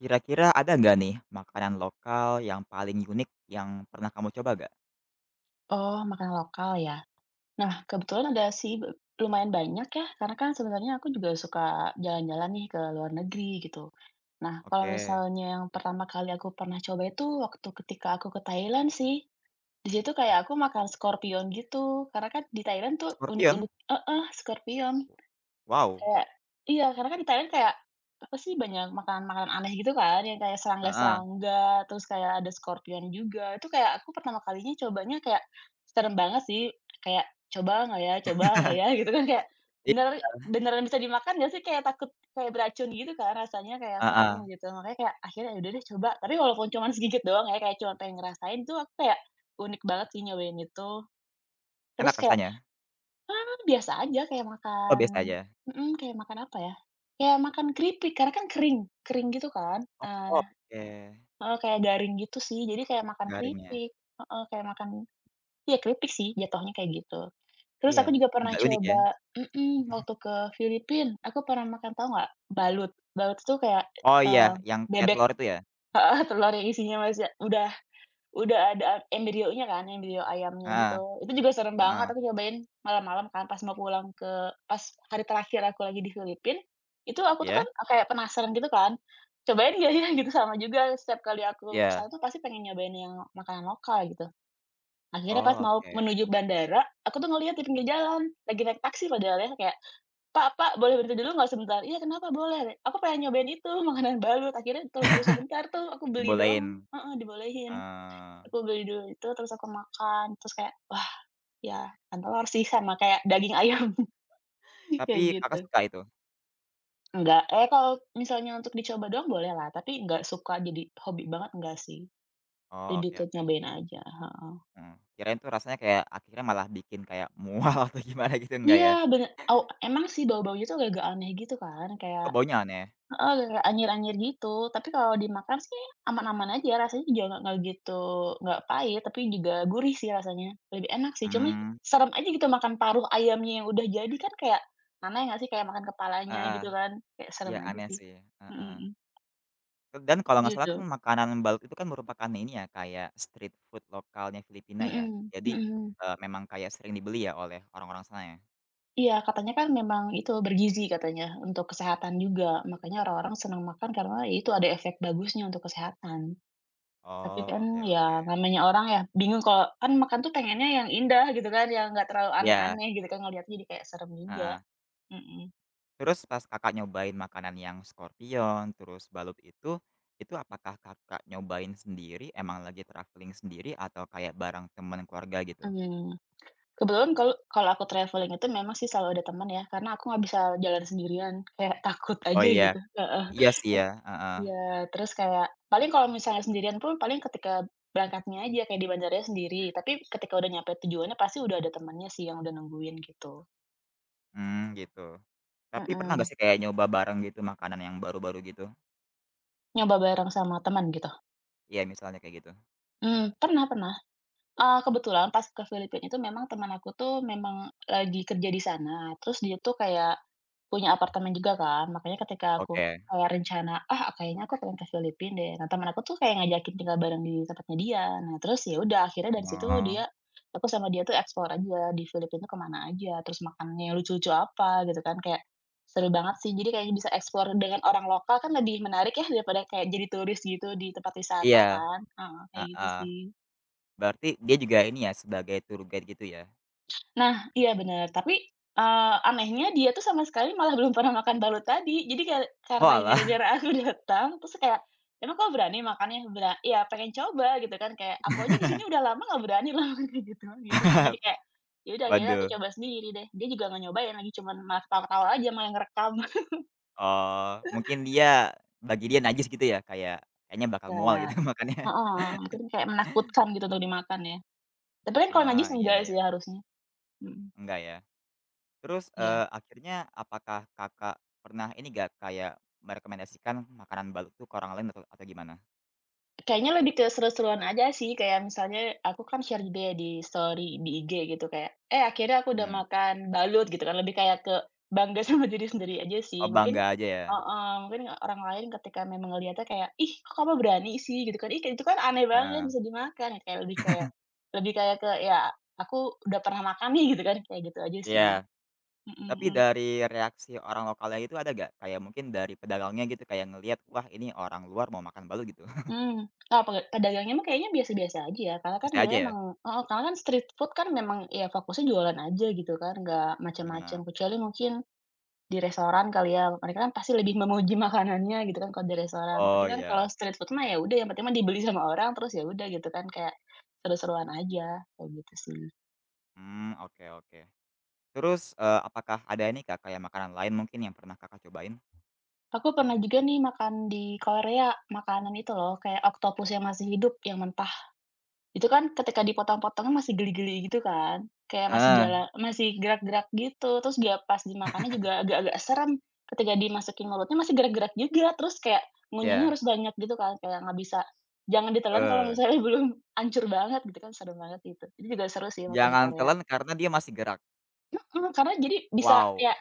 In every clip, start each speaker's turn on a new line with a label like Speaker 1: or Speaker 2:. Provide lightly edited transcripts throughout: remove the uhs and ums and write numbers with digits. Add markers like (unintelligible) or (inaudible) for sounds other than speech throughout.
Speaker 1: Kira-kira ada nggak nih makanan lokal yang paling unik yang pernah kamu coba nggak?
Speaker 2: Oh, makanan lokal ya. Nah, kebetulan ada sih lumayan banyak ya, karena kan sebenarnya aku juga suka jalan-jalan nih ke luar negeri gitu. Nah, kalau
Speaker 1: Oke.
Speaker 2: misalnya yang pertama kali aku pernah coba itu waktu ketika aku ke Thailand sih. Di situ kayak aku makan scorpion gitu, karena kan di Thailand tuh
Speaker 1: Scorpion?
Speaker 2: unik-unik, scorpion.
Speaker 1: Wow,
Speaker 2: Kayak iya, karena kan di Thailand kayak, apa sih, banyak makanan-makanan aneh gitu kan, yang kayak
Speaker 1: heeh,
Speaker 2: serangga-serangga, terus kayak ada scorpion juga. Itu kayak aku pertama kalinya cobanya kayak serem banget sih, kayak, "Coba nggak ya coba nggak ya?" Gitu kan, kayak
Speaker 1: i
Speaker 2: bener beneran bisa dimakan nggak sih? Kayak takut kayak beracun gitu kan rasanya, kayak serem
Speaker 1: heeh,
Speaker 2: gitu. Makanya kayak akhirnya ya udah deh coba, tapi walaupun cuman segigit doang ya, kayak cuma pengen ngerasain tuh aku kayak unik banget sih nyobain itu. Terus
Speaker 1: enak
Speaker 2: kayak
Speaker 1: rasanya?
Speaker 2: biasa aja kayak
Speaker 1: Oh,
Speaker 2: makan,
Speaker 1: biasa aja?
Speaker 2: mhm, kayak makan apa ya, kayak makan keripik karena kan kering, kering gitu kan,
Speaker 1: Oh, oke,
Speaker 2: heeh, kayak garing gitu sih jadi kayak makan
Speaker 1: garingnya,
Speaker 2: keripik, heeh, kayak makan, iya keripik sih jatuhnya kayak gitu. Terus
Speaker 1: iya,
Speaker 2: aku juga pernah
Speaker 1: agak unik ya?
Speaker 2: coba, mhm, waktu ke Filipina aku pernah makan, tau nggak? Balut. Balut tuh kayak,
Speaker 1: Oh iya,
Speaker 2: eee,
Speaker 1: yang kayak
Speaker 2: bebek
Speaker 1: telur itu ya?
Speaker 2: (laughs) heeh, telur yang isinya masih udah ada embrionya kan, embrio ayamnya
Speaker 1: Heeh
Speaker 2: gitu. Itu juga serem banget,
Speaker 1: heeh,
Speaker 2: aku nyobain malam-malam kan pas mau pulang pas hari terakhir aku lagi di Filipina, itu aku tuh kan
Speaker 1: iya?
Speaker 2: kayak penasaran gitu kan, "Cobain nggak ya?" (laughs) Gitu, sama juga setiap kali aku ke
Speaker 1: Iya?
Speaker 2: sana tuh pasti pengen nyobain yang makanan lokal gitu. Akhirnya pas
Speaker 1: Oh,
Speaker 2: mau
Speaker 1: oke.
Speaker 2: menuju bandara, aku tuh ngelihat di pinggir jalan, lagi naik taksi padahal ya, kayak, "Pak Pak, boleh berhenti dulu nggak sebentar?" "Iya kenapa? Boleh." "Aku pengen nyobain itu, (laughs) makanan balut." Akhirnya turun dulu
Speaker 1: (laughs)
Speaker 2: sebentar tuh, aku beli doang,
Speaker 1: Dibolehin,
Speaker 2: heeh, dibolehin.
Speaker 1: eee,
Speaker 2: Aku beli dulu itu, terus aku makan, terus kayak, "Wah, ya kan telur sih sama kayak daging ayam," (laughs) kayak
Speaker 1: tapi
Speaker 2: gitu.
Speaker 1: Kakak suka itu?
Speaker 2: Enggak eh, kalau misalnya untuk dicoba doang boleh lah, tapi enggak suka jadi hobi banget enggak sih,
Speaker 1: Oh,
Speaker 2: lebih
Speaker 1: oke
Speaker 2: ke
Speaker 1: oke,
Speaker 2: nyobain aja, heeh.
Speaker 1: mhm, kirain tuh rasanya kayak akhirnya malah bikin kayak mual (laughs) atau gimana gitu, enggak
Speaker 2: Iya,
Speaker 1: ya?
Speaker 2: bener, oh emang sih bau-baunya tuh agak-agak aneh gitu kan, kayak,
Speaker 1: Oh, baunya aneh?
Speaker 2: heeh, kayak anyir-anyir gitu, tapi kalau dimakan sih aman-aman aja, rasanya juga nggak gitu, nggak pahit, tapi juga gurih sih rasanya, lebih enak sih. Cuma
Speaker 1: Mmm,
Speaker 2: serem aja gitu makan paruh ayamnya yang udah jadi kan, kayak, aneh nggak sih, kayak makan kepalanya
Speaker 1: heeh,
Speaker 2: gitu kan, kayak serem
Speaker 1: iya
Speaker 2: aja
Speaker 1: aneh
Speaker 2: sih.
Speaker 1: sih,
Speaker 2: Mhm
Speaker 1: heeh.
Speaker 2: mhm,
Speaker 1: Dan kalau nggak salah kan
Speaker 2: gitu.
Speaker 1: makanan balut itu kan merupakan ini ya, kayak street food lokalnya Filipina ya?
Speaker 2: Mhm
Speaker 1: Jadi,
Speaker 2: mhm.
Speaker 1: memang kayak sering dibeli ya oleh orang-orang sana ya?
Speaker 2: Iya, katanya kan memang itu bergizi katanya, untuk kesehatan juga, makanya orang-orang senang makan karena ya itu ada efek bagusnya untuk kesehatan. Tapi
Speaker 1: Oh,
Speaker 2: kan
Speaker 1: oke oke.
Speaker 2: ya namanya orang ya bingung, kalau kan makan tuh pengennya yang indah gitu kan, yang nggak terlalu
Speaker 1: Iya,
Speaker 2: aneh-aneh gitu kan, ngelihatnya jadi kayak serem juga,
Speaker 1: heeh.
Speaker 2: mhm.
Speaker 1: Terus pas Kakak nyobain makanan yang scorpion, terus balut itu apakah Kakak nyobain sendiri, emang lagi traveling sendiri atau kayak bareng temen keluarga gitu?
Speaker 2: Mmm, kebetulan kalau kalau aku traveling itu memang sih selalu ada teman ya, karena aku nggak bisa jalan sendirian, kayak (laughs) takut
Speaker 1: Oh
Speaker 2: aja
Speaker 1: iya,
Speaker 2: gitu, heeh.
Speaker 1: iya sih
Speaker 2: Terus
Speaker 1: ya, heeh.
Speaker 2: iya, terus kayak paling kalau misalnya sendirian pun paling ketika berangkatnya aja, kayak di bandaranya sendiri, tapi ketika udah nyampe tujuannya pasti udah ada temannya sih yang udah nungguin gitu,
Speaker 1: Mmm, gitu. Tapi pernah nggak
Speaker 2: mhm.
Speaker 1: sih kayak nyoba bareng gitu makanan yang baru-baru gitu?
Speaker 2: Nyoba bareng sama teman gitu.
Speaker 1: Iya misalnya kayak gitu.
Speaker 2: Pernah pernah. Kebetulan pas ke Filipina itu memang teman aku tuh memang lagi kerja di sana, terus dia tuh kayak punya apartemen juga kan, makanya ketika aku
Speaker 1: Oke.
Speaker 2: kayak rencana, "Ah, kayaknya aku pengen ke Filipina deh." Nah, teman aku tuh kayak ngajakin tinggal bareng di tempatnya dia. Nah, terus ya udah akhirnya dari situ
Speaker 1: Oh,
Speaker 2: aku sama dia tuh explore aja di Filipina tuh kemana aja, terus makanannya yang lucu-lucu apa gitu kan, kayak seru banget sih. Jadi kayaknya bisa explore dengan orang lokal kan lebih menarik ya daripada kayak jadi turis gitu di tempat wisata
Speaker 1: iya,
Speaker 2: kan. Heeh, kayak gitu
Speaker 1: heeh.
Speaker 2: sih.
Speaker 1: Berarti dia juga ini ya sebagai tour guide gitu ya?
Speaker 2: Nah, iya bener, tapi, eee, anehnya dia tuh sama sekali malah belum pernah makan balut tadi. Jadi karena
Speaker 1: Walah.
Speaker 2: gara-gara aku (laughs) datang, terus kayak, "Emang kau berani makannya?" "Iya pengen coba," gitu kan, kayak, "Aku aja di sini udah lama nggak berani lah," (laughs) kayak gitu gitu sih. Jadi
Speaker 1: (laughs)
Speaker 2: kayak, ya udah akhirnya aku
Speaker 1: Waduh.
Speaker 2: coba sendiri deh. Dia juga nggak nyobain lagi, cuman malah ketawa-ketawa aja, malah yang ngerekam. (laughs)
Speaker 1: Oh, mungkin dia bagi dia najis gitu ya, kayak kayaknya bakal mual gitu
Speaker 2: Ya,
Speaker 1: (laughs) makannya.
Speaker 2: heeh, mungkin kayak menakutkan gitu untuk dimakan ya. Tapi kan kalau
Speaker 1: Oh,
Speaker 2: najis
Speaker 1: iya
Speaker 2: enggak
Speaker 1: iya.
Speaker 2: sih harusnya. Mhm,
Speaker 1: Enggak ya. Terus,
Speaker 2: iya.
Speaker 1: akhirnya apakah Kakak pernah ini nggak, kayak merekomendasikan makanan baru tuh ke orang lain atau gimana?
Speaker 2: Kayaknya lebih ke seru-seruan aja sih, kayak misalnya aku kan share juga ya di story di IG gitu kayak, "Eh, akhirnya aku udah
Speaker 1: Mmm.
Speaker 2: makan balut," gitu kan, lebih kayak ke bangga (laughs) sama diri sendiri aja
Speaker 1: Oh,
Speaker 2: sih. Mungkin,
Speaker 1: bangga aja ya?
Speaker 2: heeh, mungkin orang lain ketika memang ngelihatnya kayak, "Ih, kok kamu berani sih?" Gitu kan, "Ih, itu kan aneh banget
Speaker 1: Heeh.
Speaker 2: bisa dimakan." Gitu, kayak lebih kayak ke, "Ya, aku udah pernah makan nih," gitu kan, kayak gitu aja sih.
Speaker 1: Iya,
Speaker 2: Mhm
Speaker 1: tapi
Speaker 2: mhm.
Speaker 1: dari reaksi orang lokalnya itu ada nggak? Kayak mungkin dari pedagangnya gitu, kayak ngelihat, "Wah, ini orang luar mau makan balut," gitu. (laughs)
Speaker 2: Mmm, oh pedagangnya mah kayaknya biasa-biasa aja ya, karena kan
Speaker 1: Bisa
Speaker 2: dia
Speaker 1: aja ya?
Speaker 2: emang, heeh, karena kan street food kan memang ya fokusnya jualan aja gitu kan, nggak macam-macam,
Speaker 1: Nah,
Speaker 2: kecuali mungkin di restoran kali ya, mereka kan pasti lebih memuji makanannya gitu kan kalau di restoran. Tapi
Speaker 1: oh
Speaker 2: kan kalau
Speaker 1: iya.
Speaker 2: street food mah ya udah, yang penting mah dibeli sama orang terus ya udah gitu kan, kayak seru-seruan aja, kayak gitu sih.
Speaker 1: Hmm, oke oke. Terus, apakah ada ini Kak, kayak makanan lain mungkin yang pernah Kakak cobain?
Speaker 2: Aku pernah juga nih makan di Korea, makanan itu loh, kayak oktopus yang masih hidup, yang mentah. Itu kan ketika
Speaker 1: Oke.
Speaker 2: dipotong-potongnya masih geli-geli gitu kan, kayak masih
Speaker 1: Ah,
Speaker 2: jalan masih gerak-gerak gitu, terus dia pas dimakannya juga agak-agak serem, ketika dimasukin mulutnya masih gerak-gerak juga, terus kayak ngunyahnya
Speaker 1: ya,
Speaker 2: harus banyak gitu kan, kayak nggak bisa, jangan ditelan kalau
Speaker 1: eee,
Speaker 2: misalnya (laughs) belum hancur banget gitu kan, serem banget gitu. Itu juga seru sih waktu di
Speaker 1: jangan
Speaker 2: Korea.
Speaker 1: telan karena dia masih gerak.
Speaker 2: Mhm, karena jadi bisa
Speaker 1: Wow,
Speaker 2: kayak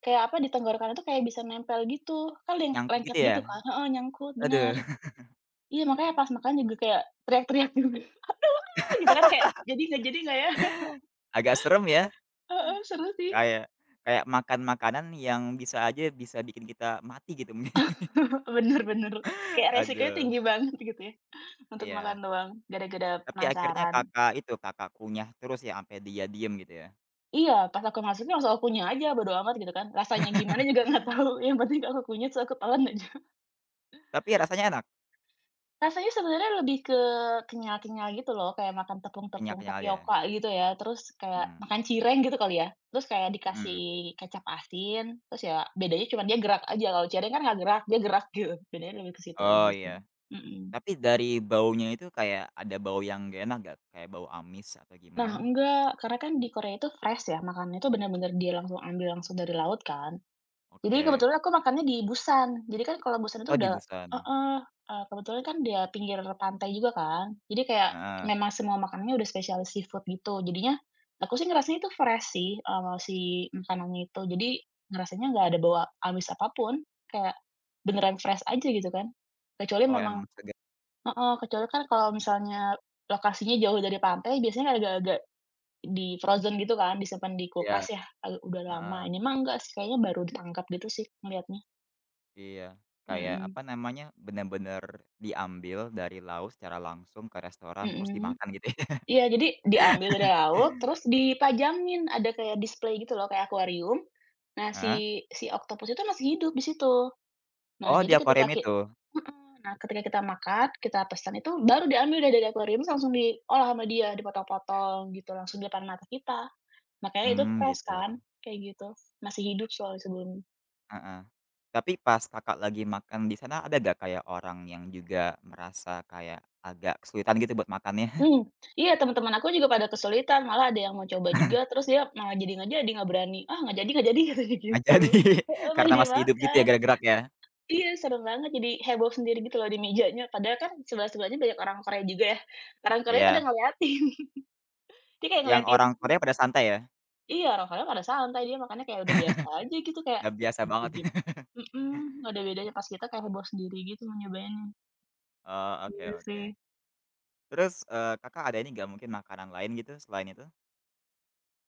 Speaker 2: kayak apa, di tenggorokan itu kayak bisa nempel gitu, kan leng
Speaker 1: nyangkut
Speaker 2: lengket
Speaker 1: gitu ya?
Speaker 2: gitu kan, heeh, nyangkut, bener.
Speaker 1: Aduh, (laughs)
Speaker 2: Iya, makanya pas makan juga kayak teriak-teriak juga (laughs) gitu kan, kayak, jadi nggak ya?"
Speaker 1: agak serem ya,
Speaker 2: Heeh, seru sih.
Speaker 1: kayak kayak makan makanan yang bisa aja bisa bikin kita mati gitu. (laughs)
Speaker 2: (laughs) Bener bener. Kayak resikonya
Speaker 1: Aduh,
Speaker 2: tinggi banget gitu ya, untuk makan
Speaker 1: iya.
Speaker 2: doang, gara-gara
Speaker 1: Tapi akhirnya
Speaker 2: penasaran.
Speaker 1: Kakak itu, Kakak kunyah terus ya ampe dia diem gitu ya?
Speaker 2: Iya, pas aku masuknya langsung aku kunyah aja, bodo amat gitu kan. Rasanya gimana juga (laughs) nggak tahu, yang penting aku kunyah terus aku telan aja.
Speaker 1: Tapi rasanya enak?
Speaker 2: Rasanya sebenarnya lebih ke kenyal-kenyal gitu loh, kayak makan tepung-tepung
Speaker 1: Kenyal-kenyalnya? Ya?
Speaker 2: tapioka gitu ya, terus kayak
Speaker 1: Mmm,
Speaker 2: makan cireng gitu kali ya. Terus kayak dikasih
Speaker 1: mhm.
Speaker 2: kecap asin, terus ya bedanya cuman dia gerak aja, kalau cireng kan nggak gerak, dia gerak gitu. Bedanya lebih ke situ aja
Speaker 1: Oh
Speaker 2: sih.
Speaker 1: iya.
Speaker 2: Mhm.
Speaker 1: Tapi dari baunya itu kayak ada bau yang nggak enak nggak? Kayak bau amis atau
Speaker 2: Nah,
Speaker 1: gimana?
Speaker 2: enggak, karena kan di Korea itu fresh ya, makannya itu benar-benar dia langsung ambil langsung dari laut kan. Jadi
Speaker 1: Oke.
Speaker 2: kebetulan aku makannya di Busan. Jadi kan kalau Busan itu
Speaker 1: Oh
Speaker 2: udah,
Speaker 1: dibusan?
Speaker 2: heeh, kebetulan kan dia pinggir pantai juga kan. Jadi kayak
Speaker 1: Heeh.
Speaker 2: memang semua makanannya udah spesialis seafood gitu. Jadinya aku sih ngerasanya itu fresh sih, eee, si makanannya itu. Jadi ngerasanya nggak ada bawa amis apapun, kayak beneran fresh aja gitu kan. Kecuali
Speaker 1: Oh
Speaker 2: memang,
Speaker 1: emang segar
Speaker 2: heeh, kecuali kan kalau misalnya lokasinya jauh dari pantai biasanya agak-agak di frozen gitu kan, disimpan di
Speaker 1: ya,
Speaker 2: kulkas ya, udah lama.
Speaker 1: heeh,
Speaker 2: Ini mah enggak sih, kayaknya baru ditangkap gitu sih ngelihatnya.
Speaker 1: iya. Kayak
Speaker 2: Mhm
Speaker 1: apa namanya, bener-bener diambil dari laut secara langsung ke restoran terus
Speaker 2: mhm.
Speaker 1: dimakan gitu ya? (laughs)
Speaker 2: Iya, jadi diambil dari laut, terus dipajangin, ada kayak display gitu loh, kayak akuarium. Nah,
Speaker 1: Heeh?
Speaker 2: si si oktopus itu masih hidup di situ. Nah,
Speaker 1: Oh
Speaker 2: jadi
Speaker 1: di akuarium
Speaker 2: ketika
Speaker 1: itu?
Speaker 2: nah ketika kita makan, kita pesan itu baru diambil deh dari akuarium, terus langsung diolah sama dia, dipotong-potong gitu, langsung di depan mata kita. Makanya itu
Speaker 1: Mmm,
Speaker 2: fresh
Speaker 1: gitu.
Speaker 2: kan, kayak gitu. Masih hidup soalnya sebelum.
Speaker 1: Heeh. Tapi pas Kakak lagi makan di sana ada gak kayak orang yang juga merasa kayak agak kesulitan gitu buat makannya? (laughs)
Speaker 2: Mmm, iya teman-teman aku juga pada kesulitan, malah ada yang mau coba juga, terus dia malah jadi, nggak berani, "Ah, nggak jadi," (laughs) katanya
Speaker 1: Nggak
Speaker 2: gitu.
Speaker 1: jadi. (laughs)
Speaker 2: Heeh, nggak
Speaker 1: Karena
Speaker 2: jadi
Speaker 1: masih hidup gitu ya
Speaker 2: makan.
Speaker 1: gerak-gerak ya?
Speaker 2: Iya, serem banget, jadi heboh sendiri gitu loh di mejanya, padahal kan sebelah-sebelahnya banyak orang Korea juga ya, orang Korea pada
Speaker 1: Iya,
Speaker 2: ngeliatin. (laughs) Dia kayak
Speaker 1: yang
Speaker 2: ngeliatin,
Speaker 1: orang Korea pada santai ya?
Speaker 2: iya, orang Korea pada santai, dia makannya kayak udah biasa aja gitu, kayak
Speaker 1: Udah biasa banget (laughs)
Speaker 2: (unintelligible)
Speaker 1: ya?
Speaker 2: mhm, nggak ada bedanya, pas kita kayak heboh sendiri gitu mau nyobainnya,
Speaker 1: Oh, oke
Speaker 2: gitu sih.
Speaker 1: oke. Terus, Kakak ada ini gak mungkin makanan lain gitu selain itu?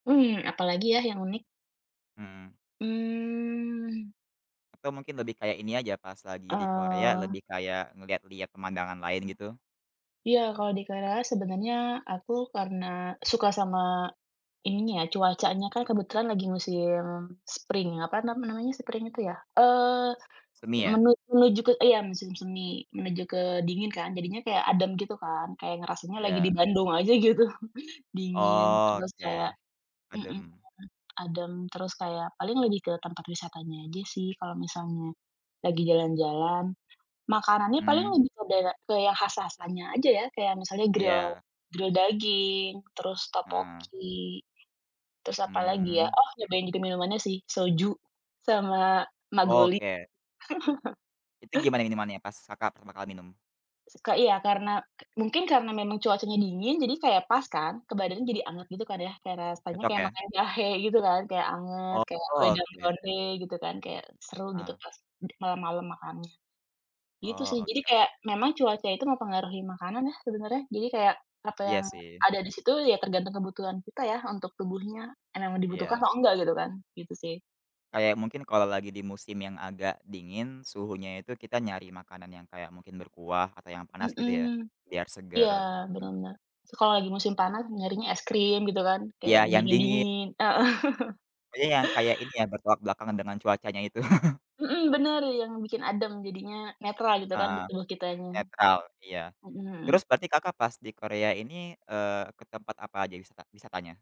Speaker 2: Apalagi ya yang unik?
Speaker 1: Mhm.
Speaker 2: Mmm,
Speaker 1: Atau mungkin lebih kayak ini aja pas lagi di Korea
Speaker 2: eee
Speaker 1: lebih kayak ngeliat-liat pemandangan lain gitu?
Speaker 2: Iya, kalau di Korea sebenarnya aku karena suka sama ininya ya, cuacanya kan kebetulan lagi musim spring, apa namanya spring itu ya? Eee,
Speaker 1: Semi ya?
Speaker 2: menuju ke, iya, musim semi, menuju ke dingin kan, jadinya kayak adem gitu kan, kayak ngerasanya lagi di
Speaker 1: Iya.
Speaker 2: Bandung aja gitu. (laughs) Dingin,
Speaker 1: Oh,
Speaker 2: terus kayak,
Speaker 1: oke,
Speaker 2: mhm,
Speaker 1: adem.
Speaker 2: adem, terus kayak paling lebih ke tempat wisatanya aja sih kalau misalnya lagi jalan-jalan. Makanannya paling
Speaker 1: Hmm
Speaker 2: lebih ke ke yang khas-khasannya aja ya, kayak misalnya grill
Speaker 1: iya,
Speaker 2: grill daging, terus
Speaker 1: heeh.
Speaker 2: topoki, terus apa lagi ya,
Speaker 1: Mmm,
Speaker 2: oh nyobain juga minumannya sih, soju sama Magoli.
Speaker 1: oke. Itu gimana minumannya pas Kakak pertama kali minum?
Speaker 2: Suka iya, karena mungkin karena memang cuacanya dingin, jadi kayak pas kan, ke badannya jadi anget gitu kan ya, kayak rasanya
Speaker 1: Cocok
Speaker 2: kayak
Speaker 1: ya?
Speaker 2: makan jahe gitu kan, kayak anget,
Speaker 1: Oh,
Speaker 2: kayak wedang
Speaker 1: oke,
Speaker 2: ronde gitu kan, kayak seru gitu
Speaker 1: heeh.
Speaker 2: pas malam-malam makan. Gitu
Speaker 1: Oh,
Speaker 2: sih, jadi
Speaker 1: oke
Speaker 2: kayak
Speaker 1: oke.
Speaker 2: memang cuaca itu mempengaruhi makanan ya sebenarnya, jadi kayak apa
Speaker 1: Iya
Speaker 2: yang
Speaker 1: sih,
Speaker 2: ada di situ ya tergantung kebutuhan kita ya untuk tubuhnya, emang dibutuhkan
Speaker 1: iya.
Speaker 2: atau enggak gitu kan, gitu sih.
Speaker 1: Kayak mungkin kalau lagi di musim yang agak dingin, suhunya itu kita nyari makanan yang kayak mungkin berkuah atau yang panas gitu ya,
Speaker 2: Mhm,
Speaker 1: biar
Speaker 2: iya
Speaker 1: seger, heeh.
Speaker 2: bener. Terus kalau lagi musim panas nyarinya es krim gitu kan, kayak
Speaker 1: Iya,
Speaker 2: yang
Speaker 1: yang dingin,
Speaker 2: dingin-dingin heeh,
Speaker 1: pokoknya yang kayak ini ya, bertolak belakang dengan cuacanya itu. (laughs)
Speaker 2: mhm, bener yang bikin adem jadinya netral gitu kan di
Speaker 1: Heeh,
Speaker 2: tubuh kitanya,
Speaker 1: netral, iya.
Speaker 2: mhm mhm.
Speaker 1: Terus berarti Kakak pas di Korea ini, ke tempat apa aja wisatanya?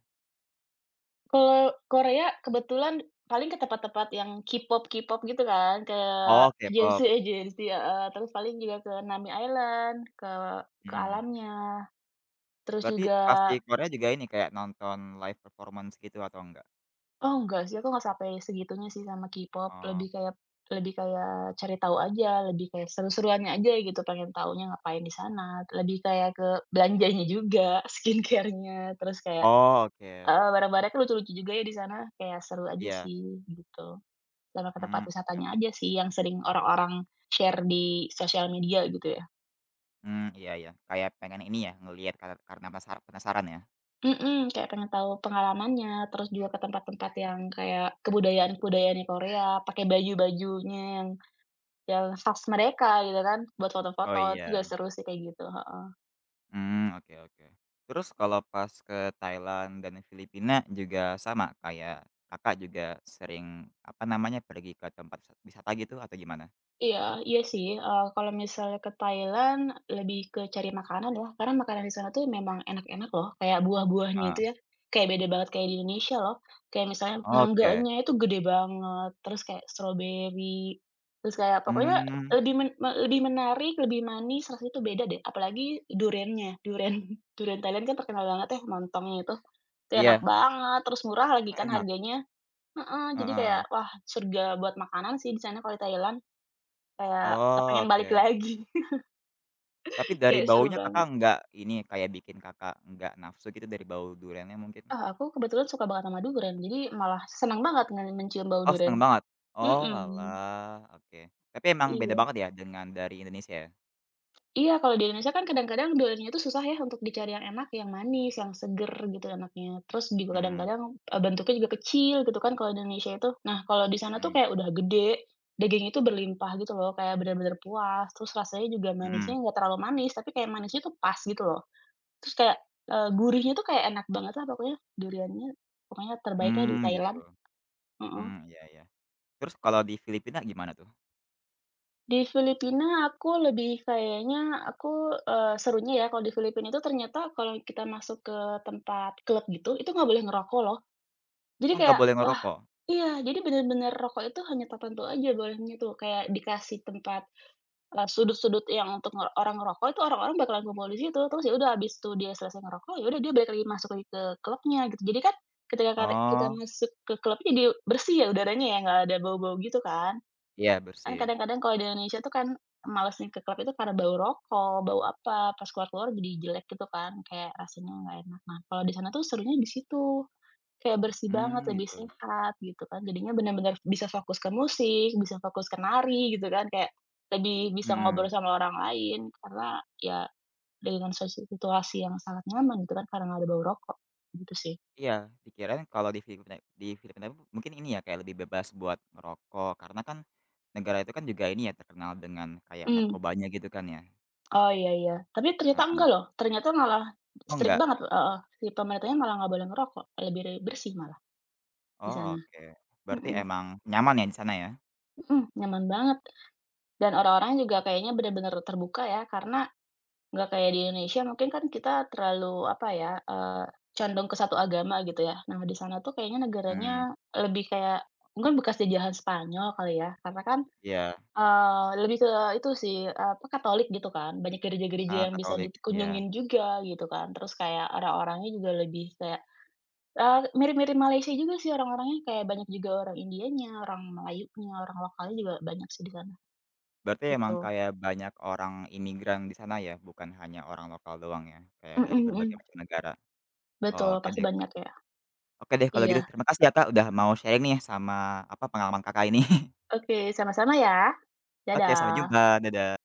Speaker 2: Kalau Korea kebetulan paling ke tempat-tempat yang K-pop gitu kan, ke
Speaker 1: Oh, K-pop,
Speaker 2: agensi-agensi (laughs) heeh, terus paling juga ke Nami Island, ke
Speaker 1: mhm.
Speaker 2: alamnya, terus
Speaker 1: Berarti pas
Speaker 2: juga
Speaker 1: di Korea juga ini, kayak nonton live performance gitu atau enggak?
Speaker 2: oh enggak sih, aku nggak sampai segitunya sih sama K-pop,
Speaker 1: Oh
Speaker 2: lebih kayak cari tahu aja, lebih kayak seru-seruannya aja gitu, pengen tahunya ngapain di sana, lebih kayak ke belanjanya juga, (laughs) skincare-nya, terus kayak
Speaker 1: oh, oke.
Speaker 2: heeh, barang-barangnya kan lucu-lucu juga ya di sana, kayak seru aja
Speaker 1: Iya,
Speaker 2: sih, gitu. Sama ke tempat
Speaker 1: mmm, oke
Speaker 2: wisatanya
Speaker 1: oke.
Speaker 2: aja sih yang sering orang-orang share di sosial media gitu ya.
Speaker 1: Mmm, iya iya, kayak pengen ini ya, ngelihat kar karena pasar penasaran ya?
Speaker 2: Mhm, kayak pengen tahu pengalamannya, terus juga ke tempat-tempat yang kayak kebudayaan-kebudayaannya Korea, pakai baju-bajunya yang khas mereka gitu kan, buat
Speaker 1: Oh
Speaker 2: foto-foto, itu juga
Speaker 1: iya,
Speaker 2: seru sih kayak gitu, heeh.
Speaker 1: mmm, oke oke. Terus kalau pas ke Thailand dan Filipina juga sama, kayak Kakak juga sering, apa namanya, pergi ke tempat wisata gitu atau gimana?
Speaker 2: Iya iya sih, kalau misalnya ke Thailand lebih ke cari makanan ya, karena makanan di sana tuh memang enak-enak loh, kayak buah-buahnya itu
Speaker 1: Heeh,
Speaker 2: ya, kayak beda banget kayak di Indonesia loh. Kayak misalnya
Speaker 1: oke,
Speaker 2: mangganya itu gede banget, terus kayak stroberi, terus kayak pokoknya
Speaker 1: mmm,
Speaker 2: lebih men me lebih menarik, lebih manis, rasanya itu beda deh, apalagi duriannya, durian (laughs) durian Thailand kan terkenal banget ya, lontongnya itu. Itu enak
Speaker 1: iya,
Speaker 2: banget, terus murah lagi
Speaker 1: oh
Speaker 2: kan
Speaker 1: enak,
Speaker 2: harganya heeh, jadi kayak
Speaker 1: heeh,
Speaker 2: wah surga buat makanan sih di sana kalau di Thailand. Kayak nggak
Speaker 1: oh
Speaker 2: pengen balik
Speaker 1: oke.
Speaker 2: lagi,
Speaker 1: Tapi
Speaker 2: (laughs)
Speaker 1: dari
Speaker 2: kayak seru
Speaker 1: baunya
Speaker 2: banget.
Speaker 1: Kakak nggak ini, kayak bikin Kakak nggak nafsu gitu dari bau duriannya mungkin?
Speaker 2: Ah, aku kebetulan suka banget sama durian, jadi malah seneng banget mencium bau
Speaker 1: Oh,
Speaker 2: durian.
Speaker 1: seneng banget? Oh
Speaker 2: Mhm,
Speaker 1: oalah, oke. Tapi emang beda
Speaker 2: iya.
Speaker 1: banget ya dengan dari Indonesia ya?
Speaker 2: Iya, kalau di Indonesia kan kadang-kadang duriannya itu susah ya untuk dicari yang enak, yang manis, yang seger gitu enaknya. Terus juga
Speaker 1: Mhm
Speaker 2: kadang-kadang, bentuknya juga kecil gitu kan kalau di Indonesia itu. Nah, kalau di sana tuh
Speaker 1: mhm
Speaker 2: kayak udah gede, daging itu berlimpah gitu loh, kayak bener-bener puas, terus rasanya juga manisnya
Speaker 1: mhm.
Speaker 2: nggak terlalu manis, tapi kayak manisnya tuh pas gitu loh. Terus kayak, gurihnya tuh kayak enak banget lah pokoknya duriannya, pokoknya terbaik lah di
Speaker 1: Mmm, gitu.
Speaker 2: Thailand, mhm.
Speaker 1: Mmm, iya iya. Terus kalau di Filipina gimana tuh?
Speaker 2: Di Filipina aku lebih kayaknya aku, serunya ya kalau di Filipina itu ternyata kalau kita masuk ke tempat klub gitu, itu nggak boleh ngerokok loh. Jadi
Speaker 1: Oh, nggak
Speaker 2: kayak
Speaker 1: boleh
Speaker 2: wah
Speaker 1: ngerokok?
Speaker 2: iya, jadi bener-bener rokok itu hanya tertentu aja bolehnya tuh, kayak dikasih tempat sudut-sudut yang untuk orang ngerokok itu orang-orang bakalan kumpul di situ, terus ya udah habis tuh dia selesai ngerokok, ya udah dia balik lagi masuk lagi ke klubnya gitu. Jadi kan ketika kita
Speaker 1: Oh,
Speaker 2: masuk ke klubnya jadi bersih ya udaranya ya, nggak ada bau-bau gitu kan.
Speaker 1: iya
Speaker 2: Kan
Speaker 1: bersih.
Speaker 2: kadang-kadang kalau di Indonesia tuh kan malesnya ke klub itu karena bau rokok, bau apa, pas keluar-keluar jadi jelek gitu kan, kayak rasanya nggak enak. Nah, kalau di sana tuh serunya di situ. Kayak bersih banget,
Speaker 1: Mmm,
Speaker 2: lebih
Speaker 1: gitu.
Speaker 2: sehat gitu kan, jadinya bener-bener bisa fokus ke musik, bisa fokus ke nari gitu kan, kayak lebih bisa ngobrol
Speaker 1: Mhm.
Speaker 2: sama orang lain karena ya dengan situasi yang sangat nyaman gitu kan, karena nggak ada bau rokok, gitu sih.
Speaker 1: Iya, dikirain kalau di Filipina itu mungkin ini ya, kayak lebih bebas buat ngerokok, karena kan negara itu kan juga ini ya, terkenal dengan kayak
Speaker 2: Mmm,
Speaker 1: narkobanya gitu kan ya?
Speaker 2: oh iya iya, tapi ternyata enggak
Speaker 1: Heeh.
Speaker 2: loh, ternyata malah
Speaker 1: Oh,
Speaker 2: strict
Speaker 1: enggak?
Speaker 2: banget heeh, si pemerintahnya malah nggak boleh ngerokok, lebih bersih malah di
Speaker 1: Oh,
Speaker 2: sana.
Speaker 1: oke. Berarti
Speaker 2: Mhm
Speaker 1: emang nyaman ya di sana ya?
Speaker 2: mhm, nyaman banget dan orang-orangnya juga kayaknya bener-bener terbuka ya, karena nggak kayak di Indonesia mungkin kan kita terlalu apa ya, condong ke satu agama gitu ya. Nah di sana tuh kayaknya negaranya
Speaker 1: Mmm,
Speaker 2: lebih kayak mungkin bekas jajahan Spanyol kali ya, karena kan,
Speaker 1: iya,
Speaker 2: lebih ke itu sih, apa, Katolik gitu kan, banyak gereja-gereja
Speaker 1: heeh,
Speaker 2: yang bisa
Speaker 1: Katolik, iya.
Speaker 2: dikunjungin juga gitu kan. Terus kayak orang-orangnya juga lebih kayak, mirip-mirip Malaysia juga sih orang-orangnya, kayak banyak juga orang Indianya, orang Melayunya, orang lokalnya juga banyak sih di sana,
Speaker 1: Berarti emang
Speaker 2: gitu.
Speaker 1: kayak banyak orang imigran di sana ya, bukan hanya orang lokal doang ya, kayak
Speaker 2: Mhm
Speaker 1: dari
Speaker 2: mhm,
Speaker 1: berbagai macam negara.
Speaker 2: betul
Speaker 1: Oke
Speaker 2: pasti
Speaker 1: deh,
Speaker 2: banyak ya.
Speaker 1: oke deh kalau gitu
Speaker 2: Iya,
Speaker 1: terima kasih ya Kak, udah mau sharing nih sama, apa, pengalaman Kakak ini. (laughs)
Speaker 2: oke sama-sama ya.
Speaker 1: Oke, sampai
Speaker 2: Dadah.
Speaker 1: jumpa, dadah.